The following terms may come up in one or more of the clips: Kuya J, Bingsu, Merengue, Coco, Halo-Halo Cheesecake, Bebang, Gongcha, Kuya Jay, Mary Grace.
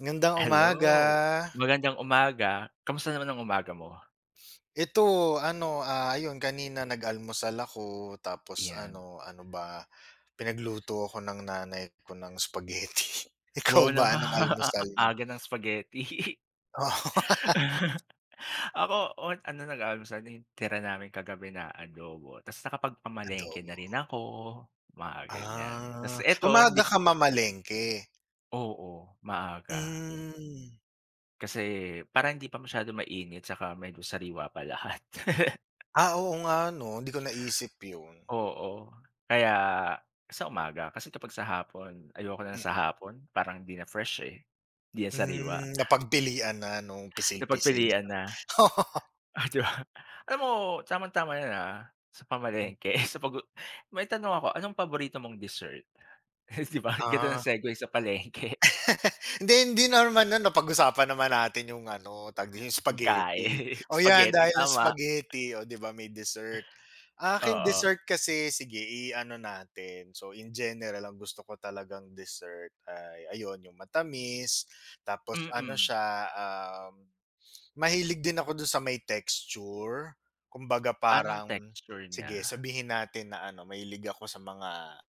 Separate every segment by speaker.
Speaker 1: Ngandang umaga.
Speaker 2: Hello, magandang umaga. Kamusta naman ang umaga mo?
Speaker 1: Ito ano, ah, ayun kanina nag-almusal ako tapos
Speaker 2: Ayan.
Speaker 1: ano, ano ba, pinagluto ako ng nanay ko ng spaghetti.
Speaker 2: Wow,
Speaker 1: Ikaw
Speaker 2: na
Speaker 1: ba anong almusal mo?
Speaker 2: aga ng spaghetti.
Speaker 1: Oo,
Speaker 2: Ako on nag-aalmusal yung tira namin kagabi na adobo ta's nakapagpamalengke
Speaker 1: adobo.
Speaker 2: na rin ako, mga ganyan. Ta's
Speaker 1: Ah,
Speaker 2: eto
Speaker 1: umaga
Speaker 2: hindi ko
Speaker 1: ka mamalengke?
Speaker 2: oo, maaga.
Speaker 1: Hmm.
Speaker 2: Kasi parang hindi pa masyadong mainit 'tsaka medyo sariwa pa lahat.
Speaker 1: Ah, oo nga 'no, hindi ko naisip yun.
Speaker 2: Oo, kaya sa umaga kasi kapag sa hapon ayoko na sa
Speaker 1: Hmm,
Speaker 2: hapon parang hindi na fresh, hindi na sariwa.
Speaker 1: napagpilian na 'no, pisil-pisil.
Speaker 2: Napagpilian na, oh, 'di ba? Alam mo tamang-tama na sa pamalengke sa pag may tanong ako, anong paborito mong dessert? 'Di ba ganda ng
Speaker 1: Ah.
Speaker 2: segue sa palengke,
Speaker 1: Hindi, hindi naman ano, napag-usapan naman natin yung ano, tawag dito, yung
Speaker 2: pagkain,
Speaker 1: spaghetti. O yan,
Speaker 2: spaghetti
Speaker 1: dahil yung
Speaker 2: tama,
Speaker 1: spaghetti, o 'di ba may dessert. Akin
Speaker 2: oo,
Speaker 1: dessert kasi, sige i-ano natin, so in general ang gusto ko talagang dessert ay ayun, yung matamis, tapos ano
Speaker 2: mm.
Speaker 1: siya, mahilig din ako dun sa may texture. Kumbaga
Speaker 2: Paano ang
Speaker 1: parang,
Speaker 2: texture niya?
Speaker 1: sige sabihin natin na ano, mahilig ako sa mga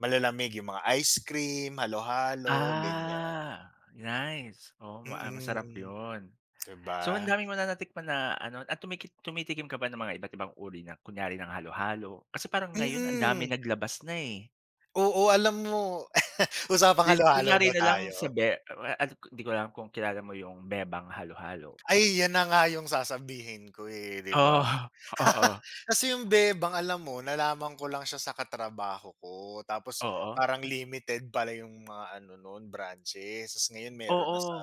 Speaker 1: malalamig, yung mga ice cream, halo-halo, ganyan.
Speaker 2: Ah, nice,
Speaker 1: Mm,
Speaker 2: masarap yun.
Speaker 1: 'Di
Speaker 2: So, ang
Speaker 1: ba?
Speaker 2: dami mo na natikman na at tumitikim ka ba ng mga iba't ibang uri ng kunyari ng halo-halo? Kasi parang ngayon ang dami
Speaker 1: Mm,
Speaker 2: naglabas na, eh.
Speaker 1: Oo, alam mo usapang
Speaker 2: Di
Speaker 1: halo-halo
Speaker 2: kunyari
Speaker 1: ba
Speaker 2: na lang sa
Speaker 1: tayo?
Speaker 2: be ah, di ko alam kung kilala mo yung bebang halo-halo?
Speaker 1: Ay, 'yan na nga yung sasabihin ko, eh, 'di
Speaker 2: Oo,
Speaker 1: ba?
Speaker 2: oo,
Speaker 1: Kasi yung bebang alam mo nalaman ko lang siya sa katrabaho ko tapos
Speaker 2: oo,
Speaker 1: parang limited pala yung mga ano nun branches, ta's ngayon meron
Speaker 2: oo,
Speaker 1: na sa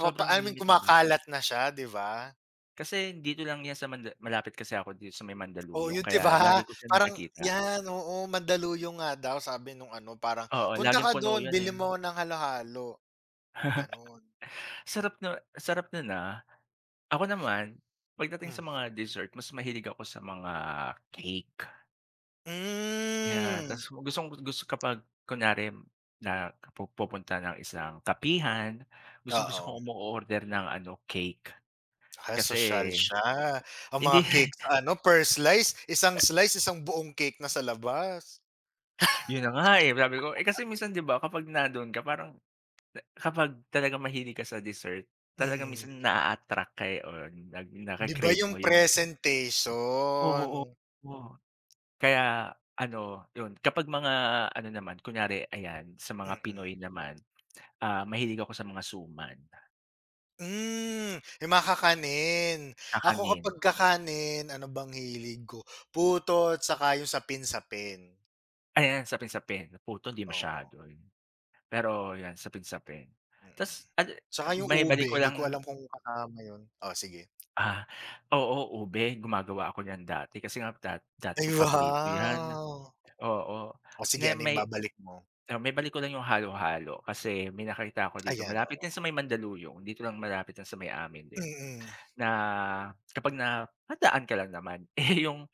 Speaker 2: sobrang
Speaker 1: I mean
Speaker 2: limited lang.
Speaker 1: kumakalat na siya, 'di ba?
Speaker 2: Kasi dito lang yan sa manda malapit kasi ako dito sa may
Speaker 1: Oh,
Speaker 2: Mandaluyong
Speaker 1: yun 'di
Speaker 2: kaya
Speaker 1: ba?
Speaker 2: lagi ko siya
Speaker 1: Parang
Speaker 2: nakikita.
Speaker 1: 'yan, oo, Mandaluyong nga daw sabi nung ano parang,
Speaker 2: Oo,
Speaker 1: "Punta
Speaker 2: laging
Speaker 1: ka
Speaker 2: puno
Speaker 1: dun,
Speaker 2: yun,
Speaker 1: bili
Speaker 2: eh.
Speaker 1: mo ng halo-halo." Gano'n.
Speaker 2: Sarap na sarap na ah. Ako naman, pagdating
Speaker 1: Hmm,
Speaker 2: sa mga dessert mas mahilig ako sa mga cake. Yeah,
Speaker 1: hmm,
Speaker 2: tas gustong gusto kapag kunyari na pu pupunta ng isang kapihan, gustong-gusto kong
Speaker 1: Oo,
Speaker 2: umo-order ng cake.
Speaker 1: ah,
Speaker 2: Kasi
Speaker 1: sosyal siya. Ang mga
Speaker 2: hindi
Speaker 1: cake sa ano, per slice, isang buong cake na sa labas.
Speaker 2: yun na nga, eh, sabi ko eh, kasi minsan 'di ba kapag nandun ka parang kapag talagang mahilig ka sa dessert, talagang
Speaker 1: Mm.
Speaker 2: minsan naa-attract ka, eh, or nag naka
Speaker 1: 'Di ba yung
Speaker 2: mo yung is oo,
Speaker 1: presentation?
Speaker 2: oo. Kaya ano, 'yun kapag mga naman kunyari ayan sa mga
Speaker 1: Mm.
Speaker 2: Pinoy naman, mahilig ako sa mga suman,
Speaker 1: Hmm, yung mga kakanin. Ako
Speaker 2: kakanin,
Speaker 1: kapag kakanin, ano bang hilig ko, putot saka yung sapin-sapin.
Speaker 2: ayan sapin-sapin, puto hindi
Speaker 1: Oo,
Speaker 2: masyado 'yun. Pero 'yan sapin-sapin.
Speaker 1: mm.
Speaker 2: Ta's ano
Speaker 1: Tsaka yung
Speaker 2: maibalik ko
Speaker 1: ube, hindi ko
Speaker 2: lang
Speaker 1: alam kung kasama yun. Oh, sige.
Speaker 2: ah, oo, ube gumagawa ako niyan dati kasi nga dati
Speaker 1: Ay,
Speaker 2: ko paborito 'yan,
Speaker 1: wow.
Speaker 2: oo.
Speaker 1: Oh,
Speaker 2: Na
Speaker 1: sige ano yung
Speaker 2: may
Speaker 1: babalik mo?
Speaker 2: ah, maibalik ko lang 'yung halo-halo kasi may nakita ako dito
Speaker 1: Ayan,
Speaker 2: malapit
Speaker 1: oo.
Speaker 2: din sa may Mandaluyong, dito lang malapit lang sa may amin din.
Speaker 1: Mm,
Speaker 2: Na kapag napadaan ka lang naman, eh, yung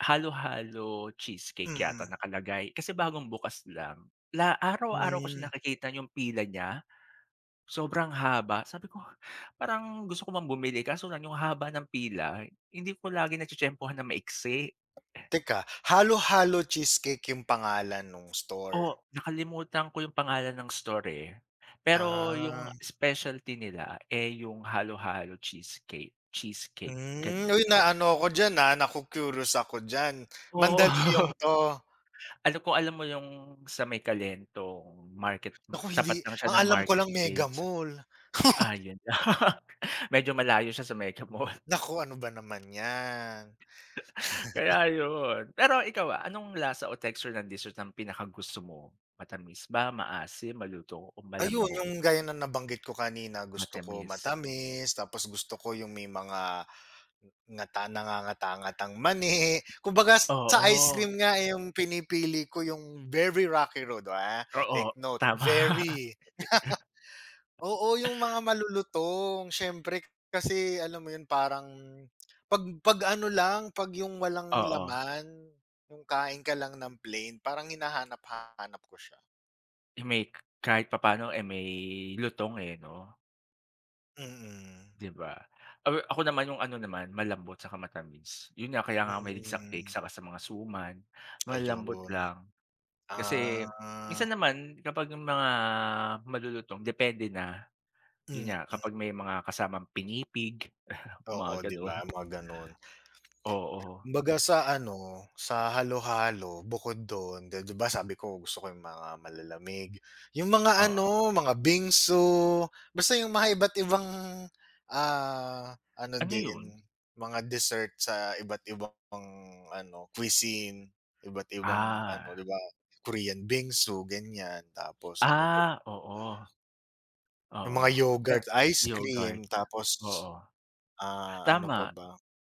Speaker 2: halo-halo cheesecake yata
Speaker 1: mm.
Speaker 2: nakalagay kasi bagong bukas lang. La araw-araw ko
Speaker 1: Hmm,
Speaker 2: siya nakikita yung pila niya, sobrang haba. Sabi ko, parang gusto ko bang bumili kaso lang yung haba ng pila, hindi ko lagi natitiyempuhan na maiksi.
Speaker 1: Halo-Halo Cheesecake yung pangalan nung store?
Speaker 2: O nakalimutan ko yung pangalan ng store, eh. Pero yung
Speaker 1: Ah,
Speaker 2: specialty nila, eh, yung halo-halo cheesecake cheesecake,
Speaker 1: hmm.
Speaker 2: gano'n.
Speaker 1: Uy, naano ako diyan, ah, naku-curious ako diyan.
Speaker 2: Oo.
Speaker 1: Mandaluyong 'to?
Speaker 2: Alam ko alam mo yung sa may Kalentong market
Speaker 1: Naku hindi
Speaker 2: tapat lang siya
Speaker 1: ang
Speaker 2: ng
Speaker 1: alam ko lang Mega
Speaker 2: marketplace.
Speaker 1: Mall.
Speaker 2: Ah, yun. Medyo malayo siya sa Mega Mall,
Speaker 1: Naku, ano ba naman 'yan?
Speaker 2: kaya yun. Pero ikaw, ah, anong lasa o texture ng dessert ang pinakagusto mo? Matamis ba, maasim, maluto o
Speaker 1: Ayun,
Speaker 2: malambot?
Speaker 1: yung gaya na nabanggit ko kanina, gusto ko
Speaker 2: Matamis.
Speaker 1: matamis, tapos gusto ko yung may mga nangangatang-ngatang mani. Kumbaga sa ice
Speaker 2: Oo,
Speaker 1: cream nga, eh, yung pinipili ko yung very rocky road, ah,
Speaker 2: oo,
Speaker 1: take note,
Speaker 2: tama.
Speaker 1: very. Oo, yung mga malulutong. Siyempre kasi alam mo yun, parang 'pag ano lang, 'pag yung walang
Speaker 2: Oo,
Speaker 1: laman, yung kain ka lang ng plain, parang hinahanap-hanap ko siya.
Speaker 2: eh, may kahit papaano, eh, may lutong, eh, 'no?
Speaker 1: Mm,
Speaker 2: 'Di ba? Awe ako naman yung naman, malambot saka matamis. Yun nga, kaya nga ako mahilig sa cake
Speaker 1: mm,
Speaker 2: saka sa mga suman, malambot
Speaker 1: ayun.
Speaker 2: lang. Kasi
Speaker 1: Ah,
Speaker 2: minsan naman kapag yung mga malulutong depende na, yun
Speaker 1: mm.
Speaker 2: nga, kapag may mga kasamang pinipig,
Speaker 1: Oo,
Speaker 2: mga
Speaker 1: 'di ba,
Speaker 2: gano'n.
Speaker 1: mga gano'n.
Speaker 2: Oo,
Speaker 1: Kumbaga sa ano, sa halo-halo, bukod do'n, 'di ba sabi ko gusto ko yung mga malalamig, yung mga
Speaker 2: oo.
Speaker 1: ano, mga bingsu, basta yung mga iba't ibang, ah, ano
Speaker 2: Ano yun?
Speaker 1: din, mga dessert sa iba't ibang ano, cuisine, iba't ibang ano,
Speaker 2: Ah,
Speaker 1: 'di ba, Korean bingsu, ganyan. Tapos ano pa
Speaker 2: oo,
Speaker 1: yung
Speaker 2: oo.
Speaker 1: mga
Speaker 2: Kaya
Speaker 1: yogurt ice cream,
Speaker 2: yogurt,
Speaker 1: tapos,
Speaker 2: oo.
Speaker 1: ah, ano
Speaker 2: Tama.
Speaker 1: pa ba?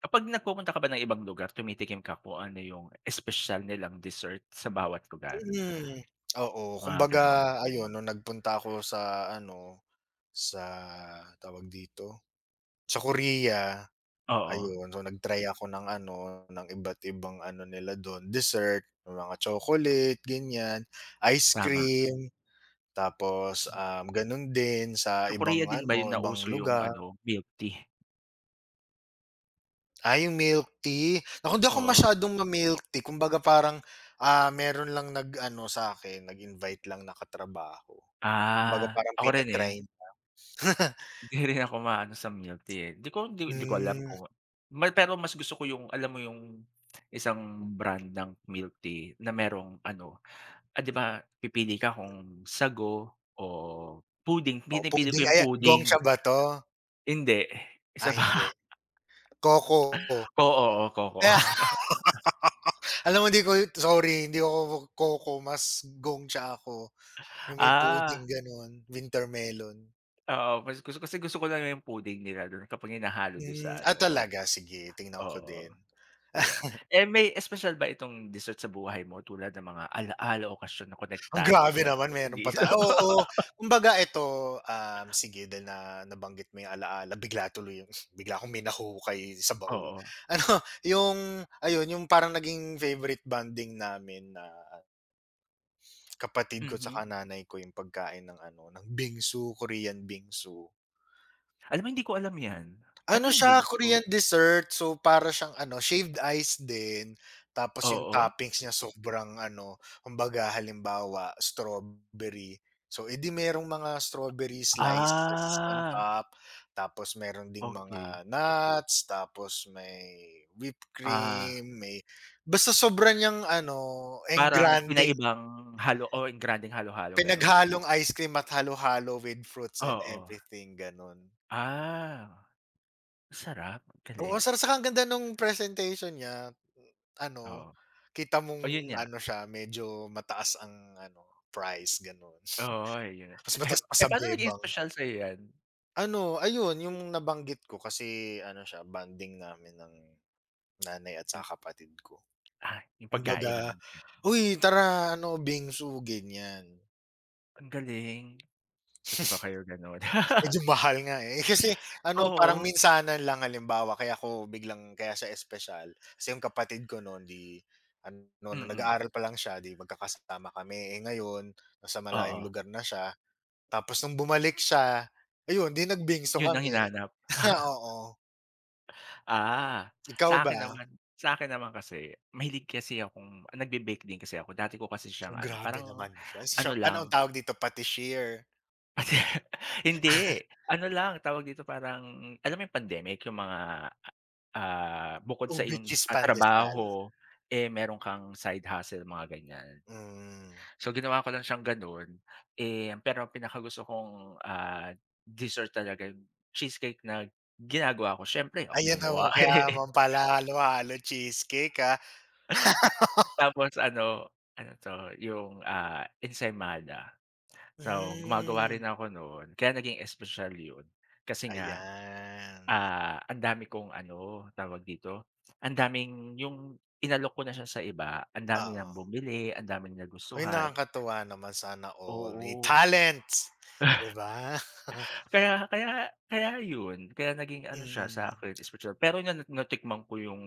Speaker 2: Kapag nagpupunta ka ba ng ibang lugar, tumitikim ka kung ano yung espesyal nilang dessert sa bawat lugar,
Speaker 1: Mm, oo.
Speaker 2: mga
Speaker 1: Kumbaga
Speaker 2: gano'n.
Speaker 1: ayun nung nagpunta ako sa ano, sa tawag dito, sa Korea,
Speaker 2: Oo,
Speaker 1: ayun. So, nag-try ako ng ano, ng iba't ibang ano nila dun, dessert, yung mga chocolate, ganyan, ice
Speaker 2: tama.
Speaker 1: cream, tapos,
Speaker 2: Sa
Speaker 1: ganun din sa
Speaker 2: sa Korea
Speaker 1: ibang
Speaker 2: din ba yun
Speaker 1: ano, ibang
Speaker 2: nauso yung
Speaker 1: lugar.
Speaker 2: milk tea?
Speaker 1: Ah, yung milk tea? Naku, hindi ako
Speaker 2: Oo.
Speaker 1: masyadong ma-milk tea kumbaga parang, ah, meron lang nag-ano sa akin nag-invite lang na katrabaho. Kumbaga
Speaker 2: Ah,
Speaker 1: parang
Speaker 2: ako rin, eh.
Speaker 1: pina-try.
Speaker 2: Hindi rin ako maano sa milk tea, eh. 'Di ko alam
Speaker 1: Hmm,
Speaker 2: kung pero mas gusto ko yung alam mo yung isang brand ng milk tea na merong ah, 'di ba pipili ka kung sago o pudding,
Speaker 1: oh,
Speaker 2: pinipili ko
Speaker 1: puding
Speaker 2: yung
Speaker 1: ayan,
Speaker 2: pudding.
Speaker 1: Gongcha ba 'to?
Speaker 2: Hindi, isa
Speaker 1: Ah, hindi,
Speaker 2: pa.
Speaker 1: Coco.
Speaker 2: Oo, coco.
Speaker 1: Kaya alam mo hindi ko sorry, hindi ako Coco, mas Gongcha ako, yung may
Speaker 2: Ah,
Speaker 1: pudding gano'n, winter melon.
Speaker 2: oo, mas gusto kasi gusto ko lang yung pudding nila dun kapag hinahalo dun
Speaker 1: Hmm,
Speaker 2: sa
Speaker 1: ah,
Speaker 2: ano,
Speaker 1: talaga? Sige, tingnan ko
Speaker 2: oo,
Speaker 1: din.
Speaker 2: yeah, eh, may special ba itong dessert sa buhay mo tulad ng mga ala-ala, o okasyon na
Speaker 1: Ang
Speaker 2: konektado
Speaker 1: grabe
Speaker 2: sa
Speaker 1: naman meron pa
Speaker 2: paradiso?
Speaker 1: Oo. Oo. Kumbaga ito, sige dahil na nabanggit mo yung alaala bigla tuloy yung bigla akong may nahuhukay sa baul.
Speaker 2: Oo,
Speaker 1: Ano yung ayun yung parang naging favorite bonding namin na kapatid ko sa
Speaker 2: mhm.
Speaker 1: nanay ko yung pagkain ng ano, ng bingsu, Korean bingsu.
Speaker 2: Alam mo hindi ko alam 'yan. Ano
Speaker 1: Ano
Speaker 2: yung
Speaker 1: siya,
Speaker 2: Bingsu?
Speaker 1: Korean dessert. So, para siyang ano, shaved ice din, tapos yung
Speaker 2: Oo?
Speaker 1: toppings niya sobrang ano, kumbaga halimbawa strawberry. So, edi di merong mga strawberry slices on
Speaker 2: Ah,
Speaker 1: top, tapos meron ding
Speaker 2: okay,
Speaker 1: mga nuts, tapos may whipped
Speaker 2: ah,
Speaker 1: cream, may basta sobrang niyang ano,
Speaker 2: parang
Speaker 1: engrandeng
Speaker 2: pinaibang halo o engrandeng halo-halo, gano'n?
Speaker 1: pinaghalong ice cream at halo-halo with fruits and
Speaker 2: Oo.
Speaker 1: everything, gano'n.
Speaker 2: Ah, sarap,
Speaker 1: Oo,
Speaker 2: galing,
Speaker 1: saka ang ganda nung presentation niya, ano,
Speaker 2: oo.
Speaker 1: kita
Speaker 2: Oh, yun
Speaker 1: mong
Speaker 2: nga.
Speaker 1: ano siya, medyo mataas ang ano, price gano'n.
Speaker 2: Oo, ayun.
Speaker 1: Mas
Speaker 2: Eh
Speaker 1: mataas pa
Speaker 2: eh,
Speaker 1: sa
Speaker 2: paano naging
Speaker 1: Bebang.
Speaker 2: espesyal sa'yo yan?
Speaker 1: Ano, ayun yung nabanggit ko kasi ano siya, bonding namin ng nanay at
Speaker 2: Yung,
Speaker 1: saka kapatid ko.
Speaker 2: ah, yung
Speaker 1: Kumbaga,
Speaker 2: pagkain ng
Speaker 1: "Uy tara ano, bingsu," ganyan.
Speaker 2: ang galing. Buti ba kayo gano'n?
Speaker 1: Medyo mahal nga, eh. Kasi ano, parang
Speaker 2: Oo,
Speaker 1: minsanan lang halimbawa kaya ako biglang kaya siya espesyal, kasi yung kapatid ko nun 'di ano, nung
Speaker 2: mm.
Speaker 1: nag-aaral pa lang siya 'di magkakasama kami. Eh, ngayon nasa malayong
Speaker 2: Oo,
Speaker 1: lugar na siya, tapos nung bumalik siya, ayun 'di nagbingso
Speaker 2: yun ang
Speaker 1: kami.
Speaker 2: hinahanap.
Speaker 1: Oo.
Speaker 2: Ah,
Speaker 1: Ikaw ba?
Speaker 2: sa akin naman kasi mahilig kasi akong ah, nagbe-bake din kasi ako. Dati ko kasi siyang
Speaker 1: Grabe
Speaker 2: parang
Speaker 1: naman siya. Siya
Speaker 2: ano
Speaker 1: ano ang
Speaker 2: lang,
Speaker 1: tawag dito, patisserie.
Speaker 2: hindi, ano lang, tawag dito, parang alam mo yung pandemic, yung mga ah, bukod sa
Speaker 1: Ube
Speaker 2: iyong,
Speaker 1: cheese
Speaker 2: ah,
Speaker 1: pandesal.
Speaker 2: trabaho, eh, meron kang side hustle mga ganyan.
Speaker 1: Mm.
Speaker 2: So ginawa ko lang siyang gano'n, eh, pero ang pinakagusto kong, ah, dessert talaga yung cheesecake na ginagawa ko siyempre ako
Speaker 1: Ayan,
Speaker 2: gumawa,
Speaker 1: oo, kaya
Speaker 2: eh.
Speaker 1: naman pala halo-halo cheesecake, ah.
Speaker 2: Tapos ano 'to yung, ah, ensaymada. So gumagawa rin
Speaker 1: Hmm.
Speaker 2: ako no'n kaya naging espesyal 'yun kasi nga
Speaker 1: Ayan,
Speaker 2: ah, ang dami kong tawag dito, ang daming yung inalok ko na siya sa iba, ang dami
Speaker 1: oo.
Speaker 2: ng bumili, ang daming
Speaker 1: Hoy,
Speaker 2: nagustuhan,
Speaker 1: nakakatuwa naman sana all may
Speaker 2: oo.
Speaker 1: talents, 'di ba?
Speaker 2: Kaya kaya kaya yun, kaya naging ano siya
Speaker 1: Mm.
Speaker 2: sa'kin espesyal. Pero na natikman ko yung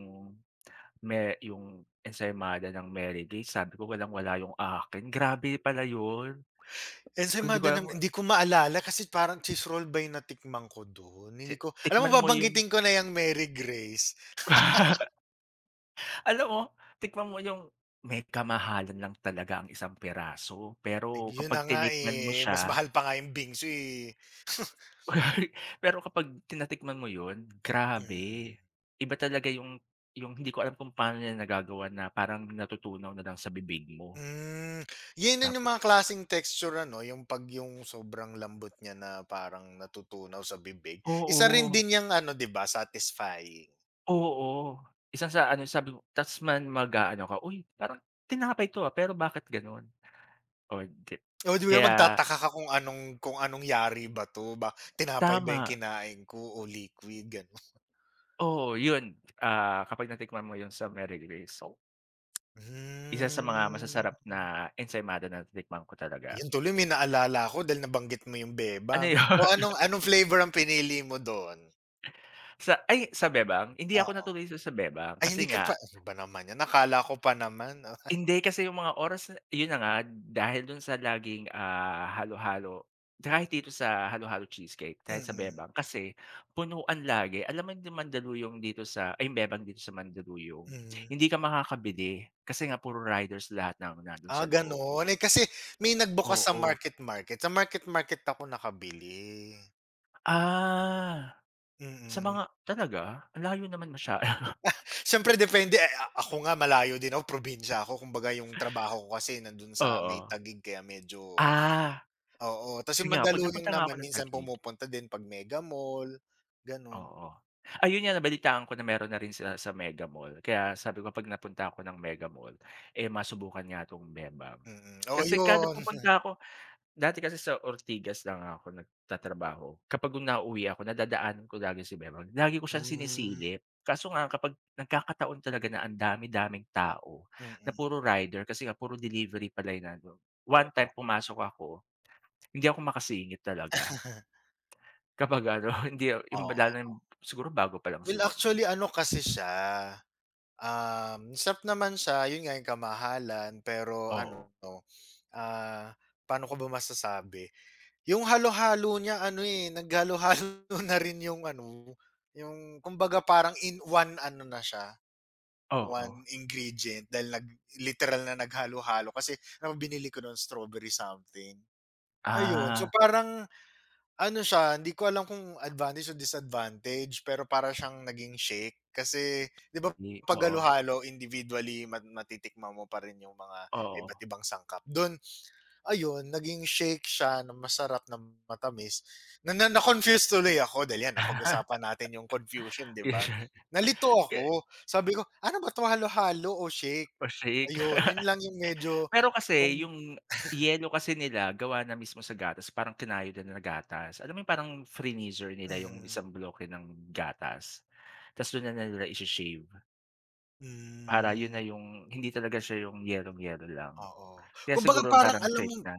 Speaker 2: yung ensaymada ng Merengue sabi ko walang-wala yung akin, grabe pala yun.
Speaker 1: And sa
Speaker 2: Kung hindi ko alam,
Speaker 1: madam hindi ko maalala kasi parang cheese roll ba yung natikman ko dun,
Speaker 2: si
Speaker 1: hindi ko alam
Speaker 2: tikman
Speaker 1: mo
Speaker 2: mo yung
Speaker 1: babanggitin ko na yung Mary Grace,
Speaker 2: alam mo, tikman mo yung may kamahalan lang talaga ang isang piraso,
Speaker 1: Ay,
Speaker 2: pero
Speaker 1: yun na
Speaker 2: kapag
Speaker 1: nga,
Speaker 2: tinikman mo
Speaker 1: eh, mas
Speaker 2: siya
Speaker 1: mahal pa nga yung bingsu, eh.
Speaker 2: pero kapag tinatikman mo yun, grabe.
Speaker 1: Mm.
Speaker 2: Iba talaga yung hindi ko alam kung paano nila nagagawa na parang natutunaw na lang sa bibig mo.
Speaker 1: Hmm, yun din yung
Speaker 2: Tapos
Speaker 1: mga klaseng texture ano, yung 'pag yung sobrang lambot niya na parang natutunaw sa bibig, isa rin
Speaker 2: oo,
Speaker 1: din yung ano, 'di ba, satisfying.
Speaker 2: oo. Isang sa ano sabi ko ta's man mag-aano ka, "Uy, parang tinapay 'to, ah, pero bakit gano'n?" Oh, di
Speaker 1: Oh, 'di ba
Speaker 2: kaya
Speaker 1: magtataka ka kung anong yari ba 'to, ba tinapay ba 'yung
Speaker 2: tama,
Speaker 1: kinain ko o liquid, gano'n.
Speaker 2: oo, yun, ah, kapag natikman mo yun sa Mary Grace, so isa sa mga masasarap
Speaker 1: Hmm,
Speaker 2: na ensaymada na natikman ko talaga,
Speaker 1: 'yun tuloy may naalala ako dahil nabanggit mo 'yung
Speaker 2: ano
Speaker 1: bebang.
Speaker 2: 'yun,
Speaker 1: O anong anong flavor ang pinili mo do'n?
Speaker 2: sa ay sa bebang, hindi ako
Speaker 1: Oo.
Speaker 2: natuloy dun sa bebang
Speaker 1: Ay hindi
Speaker 2: kasi
Speaker 1: ka pa
Speaker 2: nga
Speaker 1: ano ba naman 'yan, akala ko pa naman, ah.
Speaker 2: hindi kasi yung mga oras na 'yun na nga dahil dun sa laging, ah, halo-halo kahit dito sa halo-halo cheesecake, kahit sa
Speaker 1: Mm,
Speaker 2: bebang kasi punuan lagi. Alam mo yung Mandaluyong dito sa ay yung bebang dito sa Mandaluyong,
Speaker 1: mm.
Speaker 2: hindi ka makakabili kasi nga puro riders lahat na nandun
Speaker 1: Ah,
Speaker 2: sa loob.
Speaker 1: gano'n, eh, kasi may nagbukas
Speaker 2: Oo.
Speaker 1: sa market market ako nakabili.
Speaker 2: Ah,
Speaker 1: Mm.
Speaker 2: sa
Speaker 1: Mm, mm.
Speaker 2: mga talaga? Ang layo naman masyado.
Speaker 1: Siyempre depende, eh, a ako nga malayo din ako, probinsya ako kumbaga yung trabaho ko kasi nandun sa may
Speaker 2: Oo.
Speaker 1: Taguig kaya medyo ah,
Speaker 2: Ah,
Speaker 1: oo. Tas
Speaker 2: kasi
Speaker 1: yung
Speaker 2: nga 'pag
Speaker 1: Mandaluyong
Speaker 2: napunta nga ako
Speaker 1: naman
Speaker 2: ng
Speaker 1: minsan
Speaker 2: Taguig,
Speaker 1: pumupunta din 'pag mega mall, ganon.
Speaker 2: oo. Ayun nga nabalitaan ko na meron na rin sila sa Mega Mall, kaya sabi ko 'pag napunta ako ng Mega Mall, eh, masubukan nga 'tong Bebang.
Speaker 1: Mm, oo
Speaker 2: Kasi kada
Speaker 1: yun.
Speaker 2: pupunta ako dati kasi sa Ortigas lang ako nagtatrabaho, kapag nauuwi ako nadadaanan ko lagi si Bebang, lagi ko siyang
Speaker 1: Hmm, mm,
Speaker 2: sinisilip. Kaso nga kapag nagkakataon talaga na ang dami-daming tao, na
Speaker 1: Mm-mm.
Speaker 2: puro rider kasi nga puro delivery pala yung one time
Speaker 1: Oo.
Speaker 2: pumasok ako, hindi ako makasingit talaga. Kapag ano, hindi yung lalo na
Speaker 1: Oo.
Speaker 2: yung siguro bago pa lang
Speaker 1: Well,
Speaker 2: sila.
Speaker 1: actually ano kasi siya, sarap naman siya, yun nga yung kamahalan pero
Speaker 2: Oo,
Speaker 1: ano, ah, paano ko ba masasabi? Yung halo-halo niya ano, eh, naghalo-halo na rin yung ano, yung kumbaga parang in one ano na siya,
Speaker 2: oo.
Speaker 1: one ingredient dahil literal na naghalo-halo kasi alam binili ko nun strawberry something, ayun. So,
Speaker 2: Ah,
Speaker 1: parang ano siya, hindi ko alam kung advantage o disadvantage, pero para siyang naging shake. Kasi 'di ba
Speaker 2: di
Speaker 1: 'pag
Speaker 2: oo,
Speaker 1: halo-halo individually matitikman mo pa rin yung mga
Speaker 2: oo.
Speaker 1: iba't ibang sangkap. Do'n, ayun naging shake siya na masarap na matamis, na na na-confuse tuloy ako dahil 'yan napag-usapan natin yung confusion 'di ba?
Speaker 2: Usually
Speaker 1: Nalito ako, sabi ko, "Ano ba 'to halo-halo o shake?"
Speaker 2: pa-shake.
Speaker 1: Ayun, 'yun lang yung medyo
Speaker 2: Pero
Speaker 1: kung
Speaker 2: kasi yung yelo kasi nila gawa na mismo sa gatas, parang kinayo nila na gatas. Alam mo yung parang freenezer nila yung
Speaker 1: mhm.
Speaker 2: isang bloke ng gatas, ta's dun na nila i shave para yun
Speaker 1: Hmm,
Speaker 2: na yung hindi talaga siya yung yelong-yelo lang.
Speaker 1: oo.
Speaker 2: Kaya
Speaker 1: Kumbaga
Speaker 2: siguro
Speaker 1: parang
Speaker 2: parang
Speaker 1: alam mo
Speaker 2: shake na,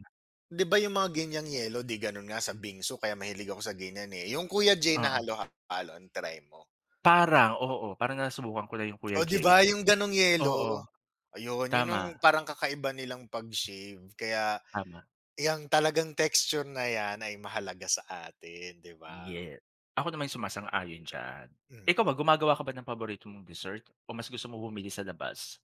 Speaker 1: 'Di ba yung mga ganyang yelo 'di ganun nga sa bingsu kaya mahilig ako sa ganyan, eh, yung Kuya J na
Speaker 2: oo.
Speaker 1: halo-halo, ang try mo.
Speaker 2: Parang, oo, parang nasubukan ko na yung Kuya
Speaker 1: Oh, 'di
Speaker 2: Jay,
Speaker 1: ba yung ganong yelo,
Speaker 2: oo.
Speaker 1: ayun yun yung
Speaker 2: Tama,
Speaker 1: parang kakaiba nilang pag-shave kaya
Speaker 2: tama.
Speaker 1: yang talagang texture na yan ay mahalaga sa atin, 'di ba?
Speaker 2: Yes. Ako naman yung sumasang-ayon diyan. Ikaw
Speaker 1: Mm.
Speaker 2: ba, gumagawa ka ba ng paborito mong dessert o mas gusto mo bumili sa labas?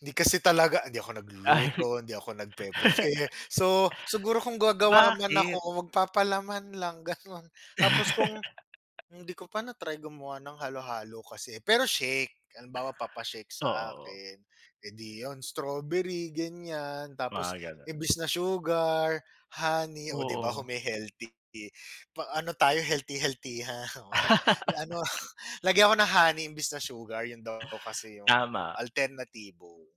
Speaker 1: Hindi kasi talaga hindi ako nagluluto,
Speaker 2: Ay,
Speaker 1: hindi ako nagpe-prepare. So, siguro kung gagawa man
Speaker 2: bakit?
Speaker 1: ako magpapalaman lang ganon tapos kung Hindi ko pa na-try gumawa ng halo-halo kasi, pero shake. Halimbawa papa-shake sa
Speaker 2: Oo,
Speaker 1: akin, eh, di 'yon strawberry ganyan,
Speaker 2: mga
Speaker 1: tapos
Speaker 2: gano'n.
Speaker 1: imbis na sugar, honey, o 'di ba
Speaker 2: Oo.
Speaker 1: hume-healthy. Pa ano tayo healthy healthy ha Ano, lagyan ko ng honey imbis na sugar, yun daw kasi yung ano,
Speaker 2: Tama.
Speaker 1: alternatibo.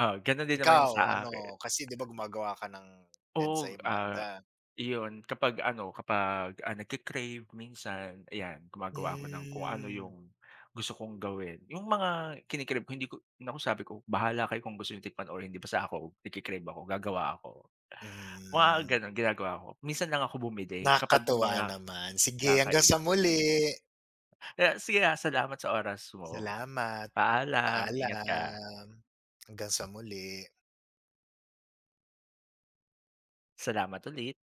Speaker 2: Ah, gano'n din naman yung
Speaker 1: Ikaw
Speaker 2: sa
Speaker 1: ano,
Speaker 2: akin.
Speaker 1: kasi 'di ba gumagawa ka ng
Speaker 2: Oo, ah,
Speaker 1: enzymada?
Speaker 2: iyon, kapag ano, kapag, ah, nagke-crave minsan, ayan, gumagawa ako ng kung ano
Speaker 1: Hmm,
Speaker 2: yung gusto kong gawin. Yung mga kini-crave ko hindi ko naku, sabi ko, "Bahala kayo kung gusto niyo tikman or hindi, basta ako nagke-crave ako, gagawa ako." Mga
Speaker 1: hmm.
Speaker 2: gano'n, ginagawa ko. Minsan lang ako bumili kapag yung
Speaker 1: Nakakatuwa
Speaker 2: mga
Speaker 1: naman. Sige, hanggang sa
Speaker 2: kakaiba lang.
Speaker 1: muli.
Speaker 2: Kaya sige, ah, salamat sa oras mo.
Speaker 1: Salamat,
Speaker 2: Paalam, ingat ka.
Speaker 1: paalam. Hanggang sa muli.
Speaker 2: Salamat ulit.